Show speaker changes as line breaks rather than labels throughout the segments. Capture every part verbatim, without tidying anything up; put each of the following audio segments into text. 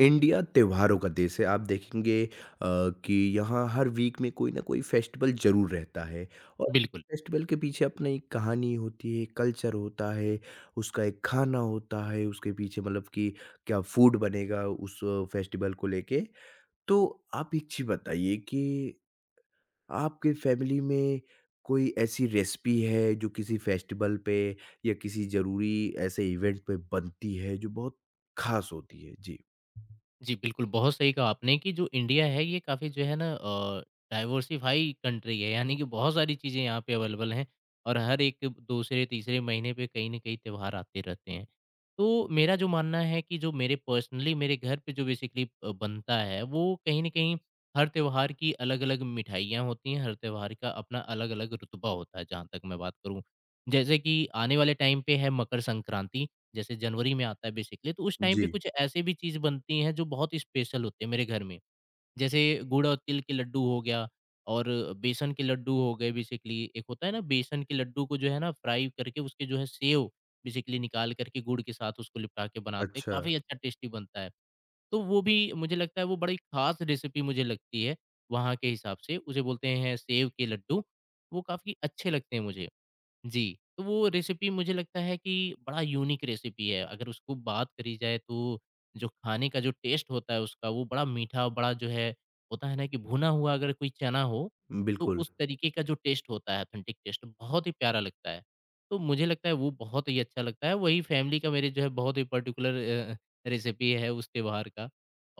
India त्योहारों का देश है। आप देखेंगे अ, कि यहाँ हर वीक में कोई ना कोई फेस्टिवल ज़रूर रहता है और
बिल्कुल।
फेस्टिवल के पीछे अपनी एक कहानी होती है, कल्चर होता है, उसका एक खाना होता है, उसके पीछे मतलब कि क्या फूड बनेगा उस फेस्टिवल को लेके। तो आप एक चीज़ बताइए कि आपके फैमिली में कोई ऐसी रेसिपी है जो किसी फेस्टिवल पे या किसी ज़रूरी ऐसे इवेंट पे बनती है जो बहुत ख़ास होती है? जी।
जी, बिल्कुल, बहुत सही कहा आपने कि जो इंडिया है ये काफ़ी जो है ना, अ, डाइवर्सिफ़ाई कंट्री है, यानी कि बहुत सारी चीज़ें यहाँ पे अवेलेबल हैं और हर एक दूसरे, तीसरे महीने पे कहीं न कहीं त्योहार आते रहते हैं। तो मेरा जो मानना है कि जो मेरे पर्सनली मेरे घर पे जो बेसिकली अ, बनता है, वो कहीं न कहीं हर त्योहार की अलग-अलग मिठाइयाँ होती हैं, हर त्योहार का अपना अलग-अलग रुतबा होता है, जहाँ तक मैं बात करूँ। जैसे कि आने वाले टाइम पे है मकर संक्रांति, जैसे जनवरी में आता है बेसिकली। तो उस टाइम
जी,
पे कुछ ऐसे भी चीज़ बनती हैं जो बहुत स्पेशल होते हैं मेरे घर में। जैसे गुड़ और तिल के लड्डू हो गया और बेसन के लड्डू हो गए। बेसिकली एक होता है ना, बेसन के लड्डू को जो है ना फ्राई करके, उसके जो है सेव बेसिकली निकाल करके, गुड़ के साथ उसको लिपटा के बनाते हैं।
अच्छा।
काफ़ी अच्छा टेस्टी बनता है। तो वो भी मुझे लगता है, वो बड़ी ख़ास रेसिपी मुझे लगती है वहाँ के हिसाब से। उसे बोलते हैं सेव के लड्डू, वो काफ़ी अच्छे लगते हैं मुझे। जी, तो वो रेसिपी मुझे लगता है कि बड़ा यूनिक रेसिपी है। अगर उसको बात करी जाए, तो जो खाने का जो टेस्ट होता है उसका, वो बड़ा मीठा, बड़ा जो है होता है ना कि भुना हुआ अगर कोई चना हो, तो
बिल्कुल।
उस तरीके का जो टेस्ट होता है, ऑथेंटिक टेस्ट, बहुत ही प्यारा लगता है। तो मुझे लगता है वो बहुत ही अच्छा लगता है, वही फ़ैमिली का, मेरे जो है बहुत ही पर्टिकुलर अ अ, रेसिपी है उस त्योहार का।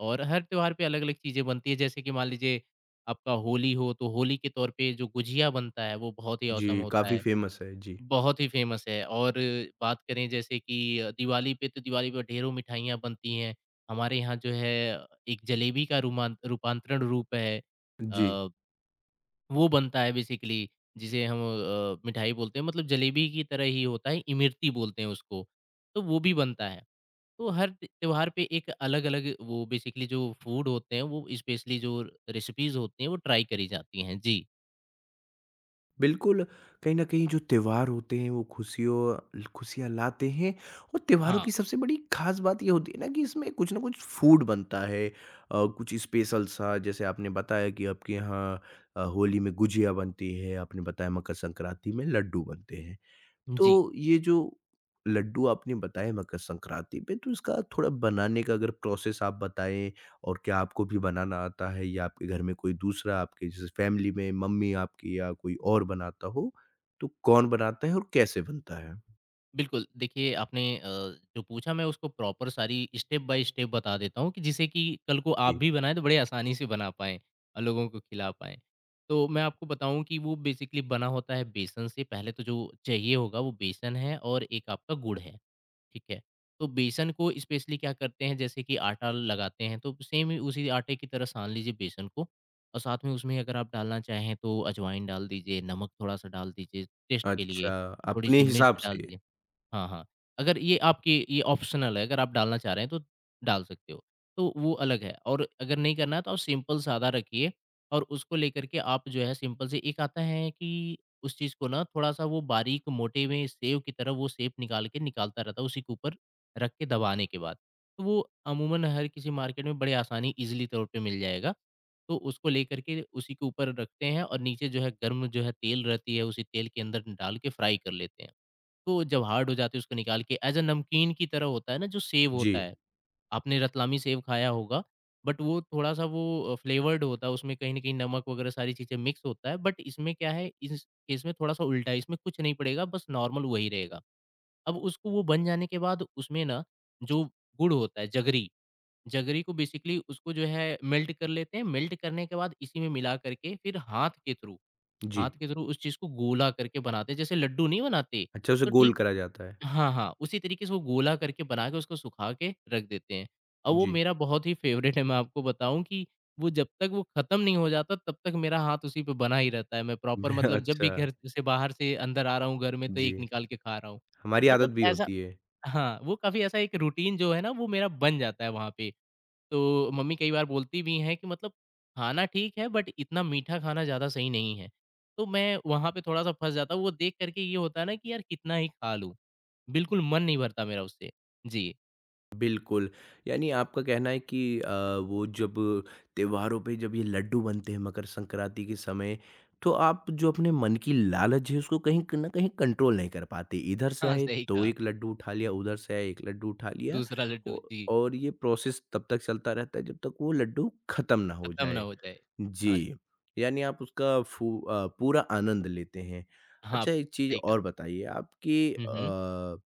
और हर त्योहार पे अलग-अलग चीज़ें बनती है। जैसे कि मान लीजिए आपका होली हो, तो होली के तौर पे जो गुझिया बनता है वो बहुत ही ऑसम
जी,
होता
काफ़ी
है।
फ़ेमस है। जी।
बहुत ही फ़ेमस है। और बात करें जैसे कि अ, दिवाली पे, तो दिवाली पे ढेरों मिठाइयाँ बनती हैं। हमारे यहाँ जो है एक जलेबी का रूमान रूपांतरण रूप है।
जी,
अ, वो बनता है बेसिकली, जिसे हम अ, मिठाई बोलते हैं। मतलब जलेबी की तरह ही होता है, इमरती बोलते हैं उसको, तो वो भी बनता है। तो हर त्य त्योहार पे एक अलग-अलग वो बेसिकली जो फूड होते हैं, वो स्पेशली जो रेसिपीज़ होती हैं वो ट्राई करी जाती हैं। जी।
बिल्कुल कहीं न कहीं जो त्योहार होते हैं वो खुशियों खुशियाँ लाते हैं और त्योहारों
हाँ।
की सबसे बड़ी ख़ास बात ये होती है ना कि इसमें कुछ न कुछ फूड बनता है। अ, कुछ स्पेशल सा जैसे आपने बताया कि आपके यहाँ अ, होली में गुजिया बनती है, आपने बताया मकर संक्रांति में लड्डू बनते हैं।
जी।
तो ये जो लड्डू आपने बताए मकर संक्रांति पे तो इसका थोड़ा बनाने का अगर प्रोसेस आप बताएं और क्या आपको भी बनाना आता है या आपके घर में कोई दूसरा आपके जैसे फैमिली में मम्मी आपकी या कोई और बनाता हो तो कौन बनाता है और कैसे बनता है?
बिल्कुल, देखिए आपने अ, जो पूछा, मैं उसको प्रॉपर सारी स्टेप बाय स्टेप बता देता हूँ, कि जिससे कि कल को आप
जी।
भी बनाएँ तो बड़े आसानी से बना पाएँ और लोगों को खिला पाएँ। तो मैं आपको बताऊँ कि वो बेसिकली बना होता है बेसन से। पहले तो जो चाहिए होगा, वो बेसन है और एक आपका गुड़ है, ठीक है? तो बेसन को स्पेशली क्या करते हैं, जैसे कि आटा लगाते हैं, तो सेम ही उसी आटे की तरह सान लीजिए बेसन को, और साथ में उसमें अगर आप डालना चाहें तो अजवाइन डाल दीजिए, नमक थोड़ा-सा डाल दीजिए टेस्ट के लिए,
अच्छा, अपने
थोड़ी-सी
हिसाब
मिर्च डाल
से।
दीजिए। हाँ, हाँ। अगर ये आपकी ये ऑप्शनल है, अगर आप डालना चाह रहे हैं तो डाल सकते हो। तो वो अलग है, और अगर नहीं करना है तो आप सिंपल सादा रखिए। और उसको लेकर के आप जो है, सिंपल से एक आता है कि उस चीज़ को ना थोड़ा-सा वो बारीक मोटे में सेव की तरह, वो शेप निकाल के निकालता रहता है, उसी के ऊपर रख के दबाने के बाद। तो वो अमूमन हर किसी मार्केट में बड़े आसानी, ईज़िली तौर पे मिल जाएगा। तो उसको लेकर के उसी के ऊपर रखते हैं, और नीचे जो है गर्म जो है तेल रहती है, उसी तेल के अंदर डाल के फ्राई कर लेते हैं। तो जब हार्ड हो जाती है, उसको निकाल के, एज़ अ नमकीन की तरह होता है ना जो सेब
जी,
होता है, आपने रतलामी सेब खाया होगा, बट वो थोड़ा-सा वो अ, फ्लेवर्ड होता है, उसमें कहीं न कहीं नमक वगैरह सारी चीज़ें मिक्स होता है। बट इसमें क्या है, इस इसमें थोड़ा-सा उल्टा है, इसमें कुछ नहीं पड़ेगा, बस नॉर्मल वही रहेगा। अब उसको वो बन जाने के बाद, उसमें ना जो गुड़ होता है जगरी, जगरी को बेसिकली, उसको जो है मेल्ट कर लेते हैं। मेल्ट करने के बाद इसी में मिला करके, फिर हाथ के थ्रू
जी।
हाथ के थ्रू उस चीज़ को गोला करके बनाते हैं, जैसे लड्डू नहीं बनाते?
अच्छा उसे
तो
गोल
ठीक
करा जाता है।
हाँ, हाँ, उसी तरीके से वो गोला करके बना के उसको सुखा के रख देते हैं। और वो
जी।
मेरा बहुत ही फ़ेवरेट है। मैं आपको बताऊँ कि वो जब तक वो ख़त्म नहीं हो जाता, तब तक मेरा हाथ उसी पे बना ही रहता है। मैं प्रॉपर मतलब, जब भी
अच्छा,
घर से बाहर से अंदर आ रहा हूँ घर में, तो
जी।
एक निकाल के खा रहा हूँ।
हमारी आदत
मतलब
भी
ऐसा,
होती है।
हाँ, वो काफ़ी ऐसा एक रूटीन जो है ना, वो मेरा बन जाता है वहाँ पे। तो मम्मी कई बार बोलती भी हैं कि मतलब खाना ठीक है, बट इतना मीठा खाना ज़्यादा सही नहीं है। तो मैं वहाँ पे थोड़ा-सा फँस जाता हूँ। वो देख कर के ये होता है ना कि यार कितना ही खा लूँ, बिल्कुल मन नहीं भरता मेरा उससे। जी।
बिल्कुल, यानी आपका कहना है कि अ, वो जब त्योहारों पे जब ये लड्डू बनते हैं मकर संक्रांति के समय, तो आप जो अपने मन की लालच है उसको कहीं क न कहीं कंट्रोल नहीं कर पाते। इधर से
हाँ,
आए
सही
तो
कहा।
एक लड्डू उठा लिया, उधर से आए एक लड्डू उठा लिया
दूसरा
औ
लड्डू, जी।
और ये प्रोसेस तब तक चलता रहता है जब तक वो लड्डू खत्म ना हो
खत्म ना
जाए।
हो जाए। हाँ,
जी, यानी आप उसका फू अ, पूरा आनंद लेते हैं।
हाँ,
अच्छा एक चीज़
सही कहा।
और बताइए आपकी
हुँ, हुँ।
अ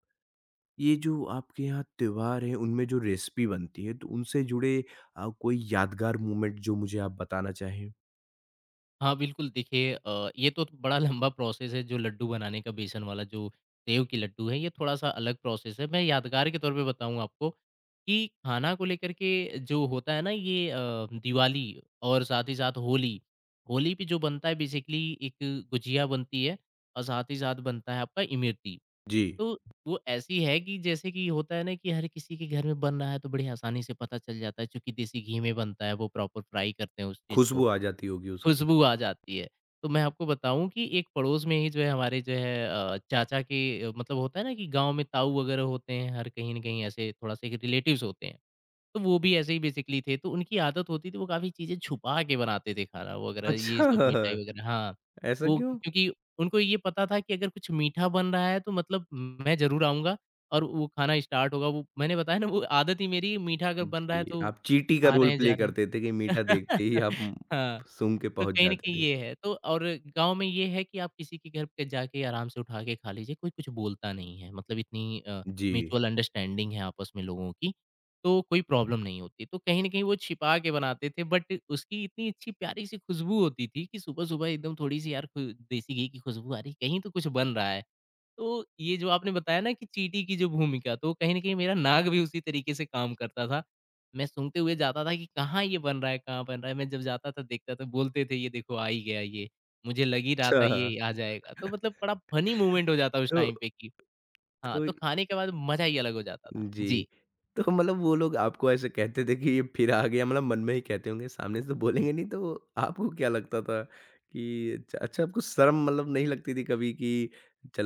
ये जो आपके यहाँ त्योहार हैं, उनमें जो रेसिपी बनती है, तो उनसे जुड़े अ, कोई यादगार मोमेंट जो मुझे आप बताना चाहें?
हाँ, बिल्कुल देखिए, अ, ये तो बड़ा लंबा प्रोसेस है जो लड्डू बनाने का। बेसन वाला जो सेव की लड्डू है, ये थोड़ा-सा अलग प्रोसेस है। मैं यादगार के तौर पे बताऊँ आपको कि खाना को लेकर के जो होता है ना, ये अ, दिवाली, और साथ ही साथ होली। होली पे जो बनता है बेसिकली, एक गुजिया बनती है, और साथ ही साथ बनता है आपका इमरती।
जी,
तो वो ऐसी है कि, जैसे कि होता है ना कि हर किसी के घर में बन रहा है, तो बड़ी आसानी से पता चल जाता है, क्योंकि देसी घी में बनता है, वो प्रॉपर फ्राई करते हैं उस चीज़
खुशबू
को।
आ जाती होगी उसकी।
खुशबू आ जाती है। तो मैं आपको बताऊँ कि एक पड़ोस में ही जो है हमारे जो है अ, चाचा के, अ, मतलब होता है ना कि गाँव में ताऊ वगैरह होते हैं, हर कहीं न कहीं ऐसे थोड़ा-सा एक रिलेटिव्स होते हैं। तो वो भी ऐसे ही बेसिकली थे। तो उनकी आदत होती थी, वो काफ़ी चीज़ें छुपा के बनाते थे, खाना वगैरह ये
अच्छा,
सब, मिठाई वगैरह, हाँ।
ऐसा
वो
क्यों?
क्योंकि उनको ये पता था कि अगर कुछ मीठा बन रहा है, तो मतलब मैं ज़रूर आऊँगा, और वो खाना स्टार्ट होगा। वो मैंने बताया ना, वो आदत ही मेरी, मीठा अगर बन रहा है
जी,
तो
आप चींटी का
आ रहे
रोल
हैं,
प्ले
जा रहे हैं।
करते थे कि मीठा देखते ही आप उम,
हाँ।
सूँघ के
तो
पहुँच
कहीं न
जाते
कहीं
थे।
ये है। तो और गाँव में ये है कि आप किसी के घर पे जाके आराम से उठा के खा लीजिए, कोई कुछ बोलता नहीं है। मतलब इतनी अ,
जी।
म्यूचुअल अंडरस्टैंडिंग है आपस में लोगों की, तो कोई प्रॉब्लम नहीं होती। तो कहीं न कहीं वो छिपा के बनाते थे, बट उसकी इतनी अच्छी प्यारी सी खुशबू होती थी कि सुबह-सुबह एकदम थोड़ी-सी, यार खु देसी घी की खुशबू आ रही है, कहीं तो कुछ बन रहा है। तो ये जो आपने बताया ना कि चींटी की जो भूमिका, तो कहीं न कहीं मेरा नाग भी उसी तरीके से काम करता था। मैं सूंघते हुए जाता था कि कहाँ ये बन रहा है, कहाँ बन रहा है? मैं जब जाता था, देखता था, बोलते थे, "ये देखो आ ही गया ये, मुझे लग ही रहा
अच्छा,
था ये आ जाएगा।" तो मतलब बड़ा फ़नी मोमेंट हो जाता उस
तो
टाइम पे कि हाँ,
तो
तो खाने के बाद मज़ा ही अलग हो जाता था।
जी।
जी।
तो मतलब वो लोग आपको ऐसे कहते थे कि ये फिर आ गया मतलब मन में ही कहते होंगे, सामने से तो
हुँ।
बोलेंगे नहीं तो आपको क्या लगता था कि अच्छा अच्छा आपको शर्म मतलब नहीं लगती थी कभी कि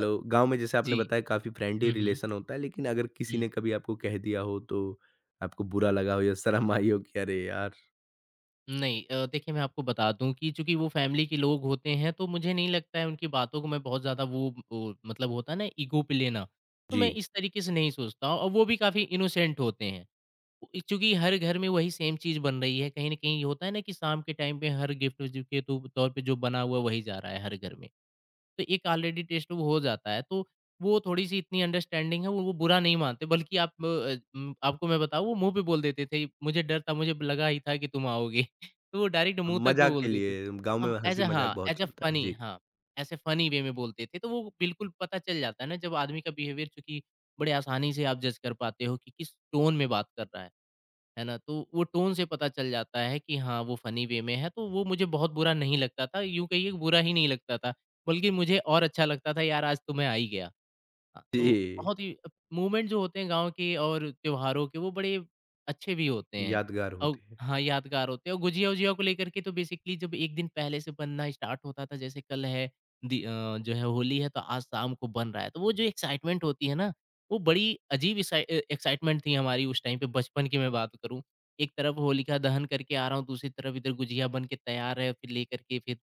अ,
गाँव में जैसे आपने
जी।
बताया काफ़ी फ्रेंडली
हुँ, हुँ।
रिलेशन होता है, लेकिन अगर किसी
हुँ।
ने कभी आपको कह दिया हो तो आपको बुरा लगा हो या शर्म आई हो कि अरे यार!
नहीं, अ, देखिए, मैं आपको बता दूँ कि चूँकि वो फैमिली के लोग होते हैं, तो मुझे नहीं लगता है उनकी बातों को मैं बहुत ज़्यादा वो वो मतलब होता है ना, ईगो पे लेना। तो मैं
जी।
इस तरीके से नहीं सोचता हूँ, और वो भी काफ़ी इनोसेंट होते हैं। उ चूँकि हर घर में वही सेम चीज़ बन रही है, कहीं न कहीं होता है ना कि शाम के टाइम पे हर गिफ्ट जो के तो तौर पे जो बना हुआ वही जा रहा है हर घर में। तो एक ऑलरेडी टेस्ट वो हो जाता है। तो वो थोड़ी-सी इतनी अंडरस्टैंडिंग है, वो वो बुरा नहीं मानते, बल्कि आप, अ, उम, आपको मैं बताऊँ, वो मुँह पे बोल देते थे, "मुझे डर था, मुझे लगा ही था कि तुम आओगे।" तो वो डायरेक्ट मुँह
हम
तक पे
मज़ाक के
बोल देते थे।
लिए गाँव में
हम ऐज़ अ,
हँसी-मज़ाक
हाँ,
बहुत
ऐज़ अ
चलता है।
फ़नी,
जी।
हाँ, ऐसे फ़नी वे में बोलते थे। तो वो बिल्कुल पता चल जाता है ना, जब आदमी का बिहेवियर, चूँकि बड़े आसानी से आप जज कर पाते हो कि किस टोन में बात कर रहा है। है ना? तो वो टोन से पता चल जाता है कि हाँ, वो फ़नी वे में है, तो वो मुझे बहुत बुरा नहीं लगता था, यूँ कहिए कि बुरा ही नहीं लगता था, बल्कि मुझे और अच्छा लगता था, यार आज तो मैं आ ही गया। हाँ, तो
जी,
बहुत ही अ, मूवमेंट जो होते हैं गाँव के और त्योहारों के वो बड़े अच्छे भी होते हैं
यादगार
और
होते हैं।
हाँ, यादगार होते हैं और गुजिया-वुजिया को लेकर के तो बेसिकली जब एक दिन पहले से बनना स्टार्ट होता था जैसे कल है दि अ, जो है होली है तो आज शाम को बन रहा है। तो वो जो एक्साइटमेंट होती है ना, वो बड़ी अजीब एक्सा अ, एक्साइटमेंट थी हमारी उस टाइम पे बचपन की मैं बात करूँ। एक तरफ होलिका दहन करके आ रहा हूँ, दूसरी तरफ इधर गुजिया बन के तैयार है, फिर लेकर के फिर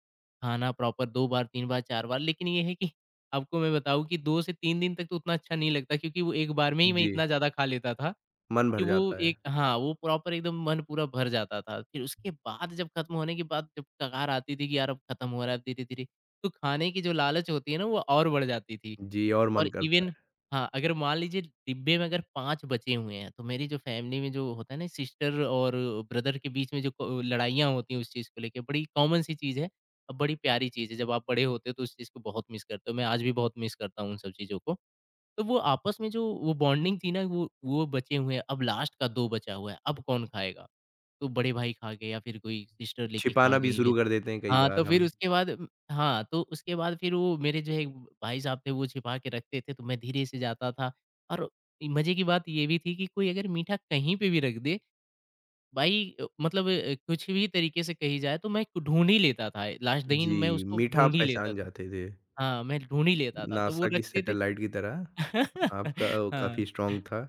खाना प्रॉपर दो बार, तीन बार, चार बार लेकिन ये है कि आपको मैं बताऊँ कि दो से तीन दिन तक तो उतना अच्छा नहीं लगता क्योंकि वो एक बार में ही मैं
जी,
इतना ज़्यादा खा लेता था
मन
कि
भर
वो
जाता है।
एक हाँ, वो प्रॉपर एकदम मन पूरा भर जाता था। फिर उसके बाद जब खत्म होने के बाद जब कगार आती थी कि यार अब खत्म हो रहा है धीरे-धीरे, तो खाने की जो लालच होती है ना वो और बढ़ जाती थी।
जी और मन
और
करता
इवन
है।
हाँ, अगर मान लीजिए डिब्बे में अगर पाँच बचे हुए हैं, तो मेरी जो फ़ैमिली में जो होता है ना सिस्टर और ब्रदर के बीच में जो क लड़ाइयाँ होती हैं उस चीज़ को लेके, बड़ी कॉमन सी चीज़ है और बड़ी प्यारी चीज़ है। जब आप बड़े होते हो तो उस चीज़ को बहुत मिस करते हो। मैं आज भी बहुत मिस करता हूँ उन सब चीज़ों को। तो वो आपस में जो वो बॉन्डिंग थी ना वो वो बचे हुए हैं, अब लास्ट का दो बचा हुआ है, अब कौन खाएगा? तो बड़े भाई खा गए या फिर कोई सिस्टर लेके खा
छिपाना भी
गई।
शुरू कर देते हैं कई
हाँ, तो
बार
फिर
हम।
उसके बाद उम, हाँ, तो उसके बाद फिर वो मेरे जो है भाई साहब थे वो छिपा के रखते थे तो मैं धीरे से जाता था और मज़े की बात ये भी थी कि कोई अगर मीठा कहीं पे भी रख दे भाई अ, मतलब अ, कुछ भी तरीके से कही जाए तो मैं ढूँढ ही लेता था। लास्ट दिन मैं
जी,
उसको
मीठा आप
ढूँढ ही लेता
पहचान
था।
जाते थे।
हाँ, मैं ढूँढ ही लेता था तो वो
नासा की
रखते थे
सैटेलाइट की तरह आपका ओ
हाँ।
काफ़ी स्ट्रॉन्ग था।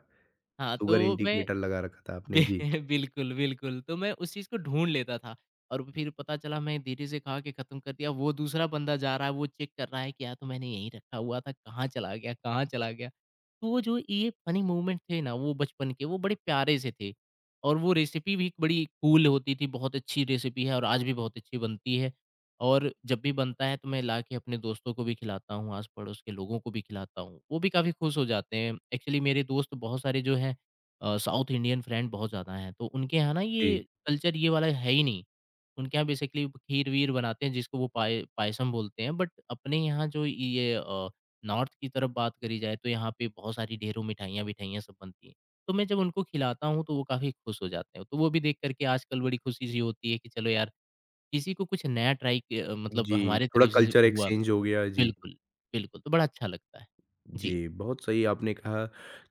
हाँ,
शुगर
तो मैं
इंडिकेटर लगा रखा था आपने।
बि
जी,
बिल्कुल, बिल्कुल। तो मैं उस चीज़ को ढूँढ लेता था और फिर पता चला मैं धीरे से खा के खत्म कर दिया। वो दूसरा बंदा जा रहा है, वो चेक कर रहा है कि यार तो मैंने यहीं रखा हुआ था, कहाँ चला गया, कहाँ चला गया? तो वो जो ये फनी मोमेंट थे ना, वो बचपन के, वो बड़े प्यारे से थे और वो रेसिपी भी बड़ी कूल होती थी। बहुत अच्छी रेसिपी है और आज भी बहुत अच्छी बनती है और जब भी बनता है तो मैं लाके अपने दोस्तों को भी खिलाता हूँ, आस-पड़ोस के लोगों को भी खिलाता हूँ। वो भी काफ़ी खुश हो जाते हैं। एक्चुअली मेरे दोस्त बहुत सारे जो हैं अ, साउथ इंडियन फ्रेंड बहुत ज़्यादा हैं, तो उनके यहाँ ना ये
जी।
कल्चर ये वाला है ही नहीं। उनके यहाँ बेसिकली खीर-वीर बनाते हैं जिसको वो पाय पायसम बोलते हैं, बट अपने यहाँ जो ये अ, नॉर्थ की तरफ बात करी जाए तो यहाँ पे बहुत सारी ढेरों मिठाइयाँ-विठाइयाँ सब बनती हैं। तो मैं जब उनको खिलाता हूँ तो वो काफ़ी खुश हो जाते हैं। तो वो भी देख कर के आजकल बड़ी खुशी-सी होती है कि चलो यार, किसी को कुछ नया ट्राई क अ, मतलब
जी,
हमारे
थोड़ा
तरफ से
कल्चर
हुआ।
एक्सचेंज हो गया। जी।
बिल्कुल, बिल्कुल, तो बड़ा अच्छा लगता है। जी।
जी, बहुत सही आपने कहा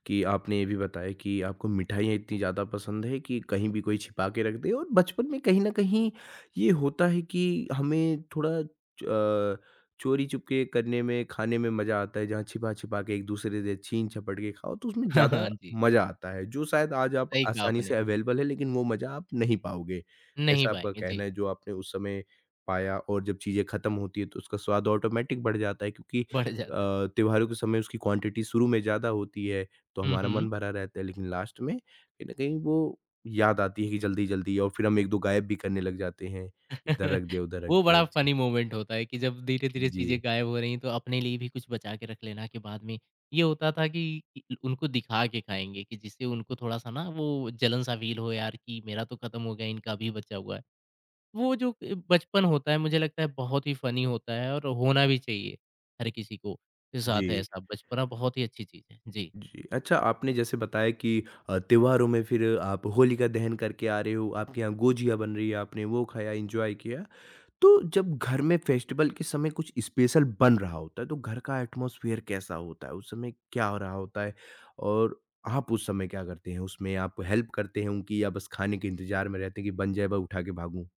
कि आपने ये भी बताया कि आपको मिठाइयाँ इतनी ज़्यादा पसंद है कि कहीं भी कोई छिपा के रख दे और बचपन में कहीं न कहीं ये होता है कि हमें थोड़ा च अ, चोरी-चुपके करने में, खाने में मज़ा आता है, जहाँ छिपा-छिपा के एक-दूसरे से छीन-झपट के खाओ, तो उसमें
हाँ,
ज़्यादा
हाँ, जी।
मज़ा आता है, जो शायद आज आप
सही कहा
आसानी से
आपने।
अवेलेबल है, लेकिन वो मज़ा आप नहीं पाओगे।
नहीं
ऐसा आपका
पाएँगे, जी,
कहना है, जो आपने उस समय पाया और जब चीज़ें खत्म होती हैं, तो उसका स्वाद ऑटोमैटिक बढ़ जाता है क्योंकि
बढ़ जाता है।
अ, त्योहारों के समय उसकी क्वांटिटी शुरू में ज़्यादा होती है, तो
हुँ,
हमारा
हुँ।
मन भरा रहता है, लेकिन लास्ट में कहीं न कहीं वो याद आती है कि जल्दी-जल्दी और फिर हम एक-दो गायब भी करने लग जाते हैं। इधर रख दिया, उधर रख
वो
दिया।
बड़ा
जी।
फ़नी मोमेंट होता है कि जब धीरे-धीरे
जी।
चीज़ें गायब हो रही हैं, तो अपने लिए भी कुछ बचा के रख लेना कि बाद में ये होता था कि इ उनको दिखा के खाएँगे कि जिससे उनको थोड़ा-सा ना वो जलन सा फ़ील हो यार कि मेरा तो खत्म हो गया, इनका भी बचा हुआ है। वो जो अ, बचपन होता है मुझे लगता है बहुत ही फ़नी होता है और होना भी चाहिए हर किसी को के साथ
जी।
है ऐसा, बचपना बहुत ही अच्छी चीज़ है। जी।
जी। अच्छा आपने जैसे बताया कि अ, त्योहारों में फिर आप होलिका दहन करके आ रहे हो, आपके यहाँ गोजिया बन रही है, आपने वो खाया, एन्जॉय किया। तो जब घर में फेस्टिवल के समय कुछ स्पेशल बन रहा होता है तो घर का एटमॉस्फेयर कैसा होता है? उस समय क्या हो रहा होता है? और आप उस समय क्या करते हैं? उसमें आप हेल्प करते हैं उनकी या बस खाने के इंतज़ार में रहते हैं कि बन जाए बस उठा के भागूँ?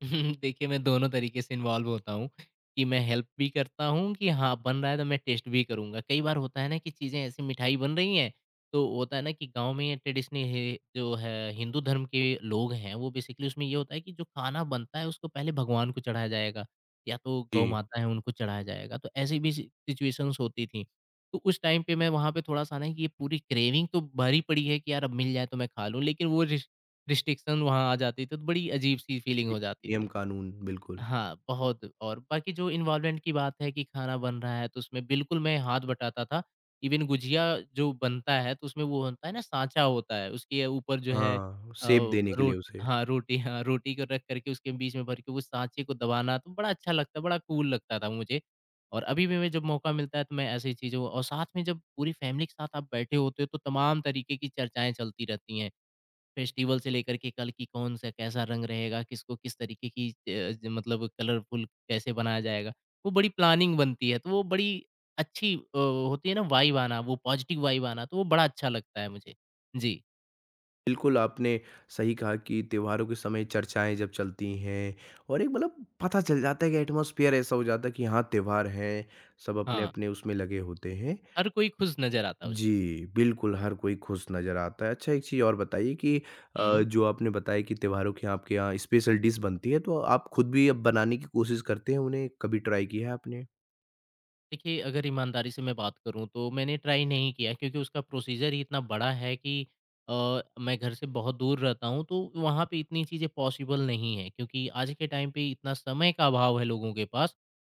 देखिए, मैं दोनों तरीके से इन्वॉल्व होता हूँ, कि मैं हेल्प भी करता हूँ कि हाँ, बन रहा है तो मैं टेस्ट भी करूँगा। कई बार होता है ना कि चीज़ें ऐसी मिठाई बन रही हैं, तो होता है ना कि गाँव में ट्रेडिशनी है जो है हिंदू धर्म के लोग हैं, वो बेसिकली उसमें ये होता है कि जो खाना बनता है उसको पहले भगवान को चढ़ाया जाएगा, या तो गौ
जी,
माता है उनको चढ़ाया जाएगा। तो ऐसी भी सि सिचुएशंस होती थी। तो उस टाइम पे मैं वहाँ पे थोड़ा-सा ना कि ये पूरी क्रेविंग तो भरी पड़ी है कि यार अब मिल जाए तो मैं खा लूँ, लेकिन वो रिस रिस्ट्रिक्शन वहाँ आ जाती थी, तो बड़ी अजीब-सी फीलिंग
जी।
हो जाती थी।
नियम-कानून बिल्कुल।
हाँ, बहुत और बाकी जो इन्वॉल्वमेंट की बात है कि खाना बन रहा है, तो उसमें बिल्कुल मैं हाथ बटाता था। इवन गुझिया जो बनता है, तो उसमें वो होता है ना साँचा होता है, उसके ऊपर जो है
हाँ,
अ,
शेप देने के
रो
लिए उसे।
हाँ, रोटी हाँ, रोटी को रख कर के उसके बीच में भर के उस साँचे को दबाना, तो बड़ा अच्छा लगता, बड़ा कूल लगता था मुझे। और अभी भी मैं जब मौका मिलता है, तो मैं ऐसी चीज़ों और साथ में जब पूरी फैमिली के साथ आप बैठे होते हो, तो तमाम तरीके की चर्चाएँ चलती रहती हैं। फेस्टिवल से लेकर के कल की कौन सा कैसा रंग रहेगा, किसको किस तरीके की अ, ज मतलब कलरफुल कैसे बनाया जाएगा, वो बड़ी प्लानिंग बनती है। तो वो बड़ी अच्छी अ, होती है ना वाइब आना, वो पॉजिटिव वाइब आना, तो वो बड़ा अच्छा लगता है मुझे। जी,
बिल्कुल, आपने सही कहा कि त्योहारों के समय चर्चाएँ जब चलती हैं और एक मतलब पता चल जाता है कि एटमॉस्फेयर ऐसा हो जाता है कि हाँ, त्योहार हैं, सब
हाँ,
अपने-अपने उसमें लगे होते हैं।
हर कोई खुश नज़र आता है उसमें।
जी, बिल्कुल, हर कोई खुश नज़र आता है। अच्छा एक चीज़ और बताइए कि अ,
हुँ।
जो आपने बताया कि त्योहारों के आपके यहाँ स्पेशल डिश बनती है, तो आप खुद भी अब बनाने की कोशिश करते हैं उन्हें, कभी ट्राई किया है आपने?
देखिए, अगर ईमानदारी से मैं बात करूँ तो मैंने ट्राई नहीं किया क्योंकि उसका प्रोसीजर ही इतना बड़ा है कि अ, मैं घर से बहुत दूर रहता हूँ तो वहाँ पे इतनी चीज़ें पॉसिबल नहीं है क्योंकि आज के टाइम पे इतना समय का अभाव है लोगों के पास।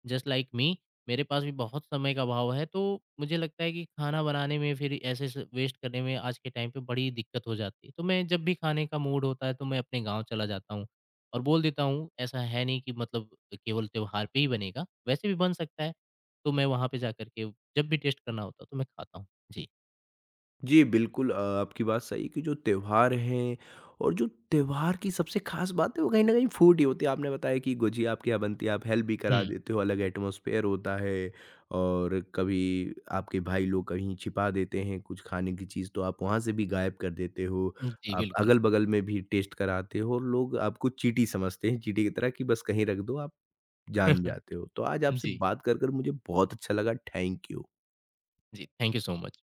जस्ट लाइक मी मेरे पास भी बहुत समय का अभाव है तो मुझे लगता है कि खाना बनाने में फिर ऐसे स वेस्ट करने में आज के टाइम पे बड़ी दिक्कत हो जाती है। तो मैं जब भी खाने का मूड होता है तो मैं अपने गाँव चला जाता हूँ और बोल देता हूँ ऐसा है नहीं कि मतलब केवल त्योहार पे ही बनेगा, वैसे भी बन सकता है। तो मैं वहाँ पे जाकर के जब भी टेस्ट करना होता है तो मैं खाता हूँ। जी।
जी, बिल्कुल अ, आपकी बात सही है कि जो त्योहार हैं और जो त्योहार की सबसे ख़ास बात है वो कहीं न कहीं फूड ही होती है। आपने बताया कि गुझिया आपके यहाँ बनती है, आप हेल्प भी करा
हुँ।
देते हो, अलग एटमॉस्फ़ेयर होता है और कभी आपके भाई लोग कहीं छिपा देते हैं कुछ खाने की चीज़ तो आप वहाँ से भी गायब कर देते हो।
जी,
आप
बिल्कुल।
अगल-बगल में भी टेस्ट कराते हो और लोग आपको चींटी समझते हैं, चींटी की तरह कि बस कहीं रख दो, आप जान जाते हो। तो आज आपसे
जी,
बात कर, कर मुझे बहुत अच्छा लगा, थैंक यू।
जी। Thank you so much.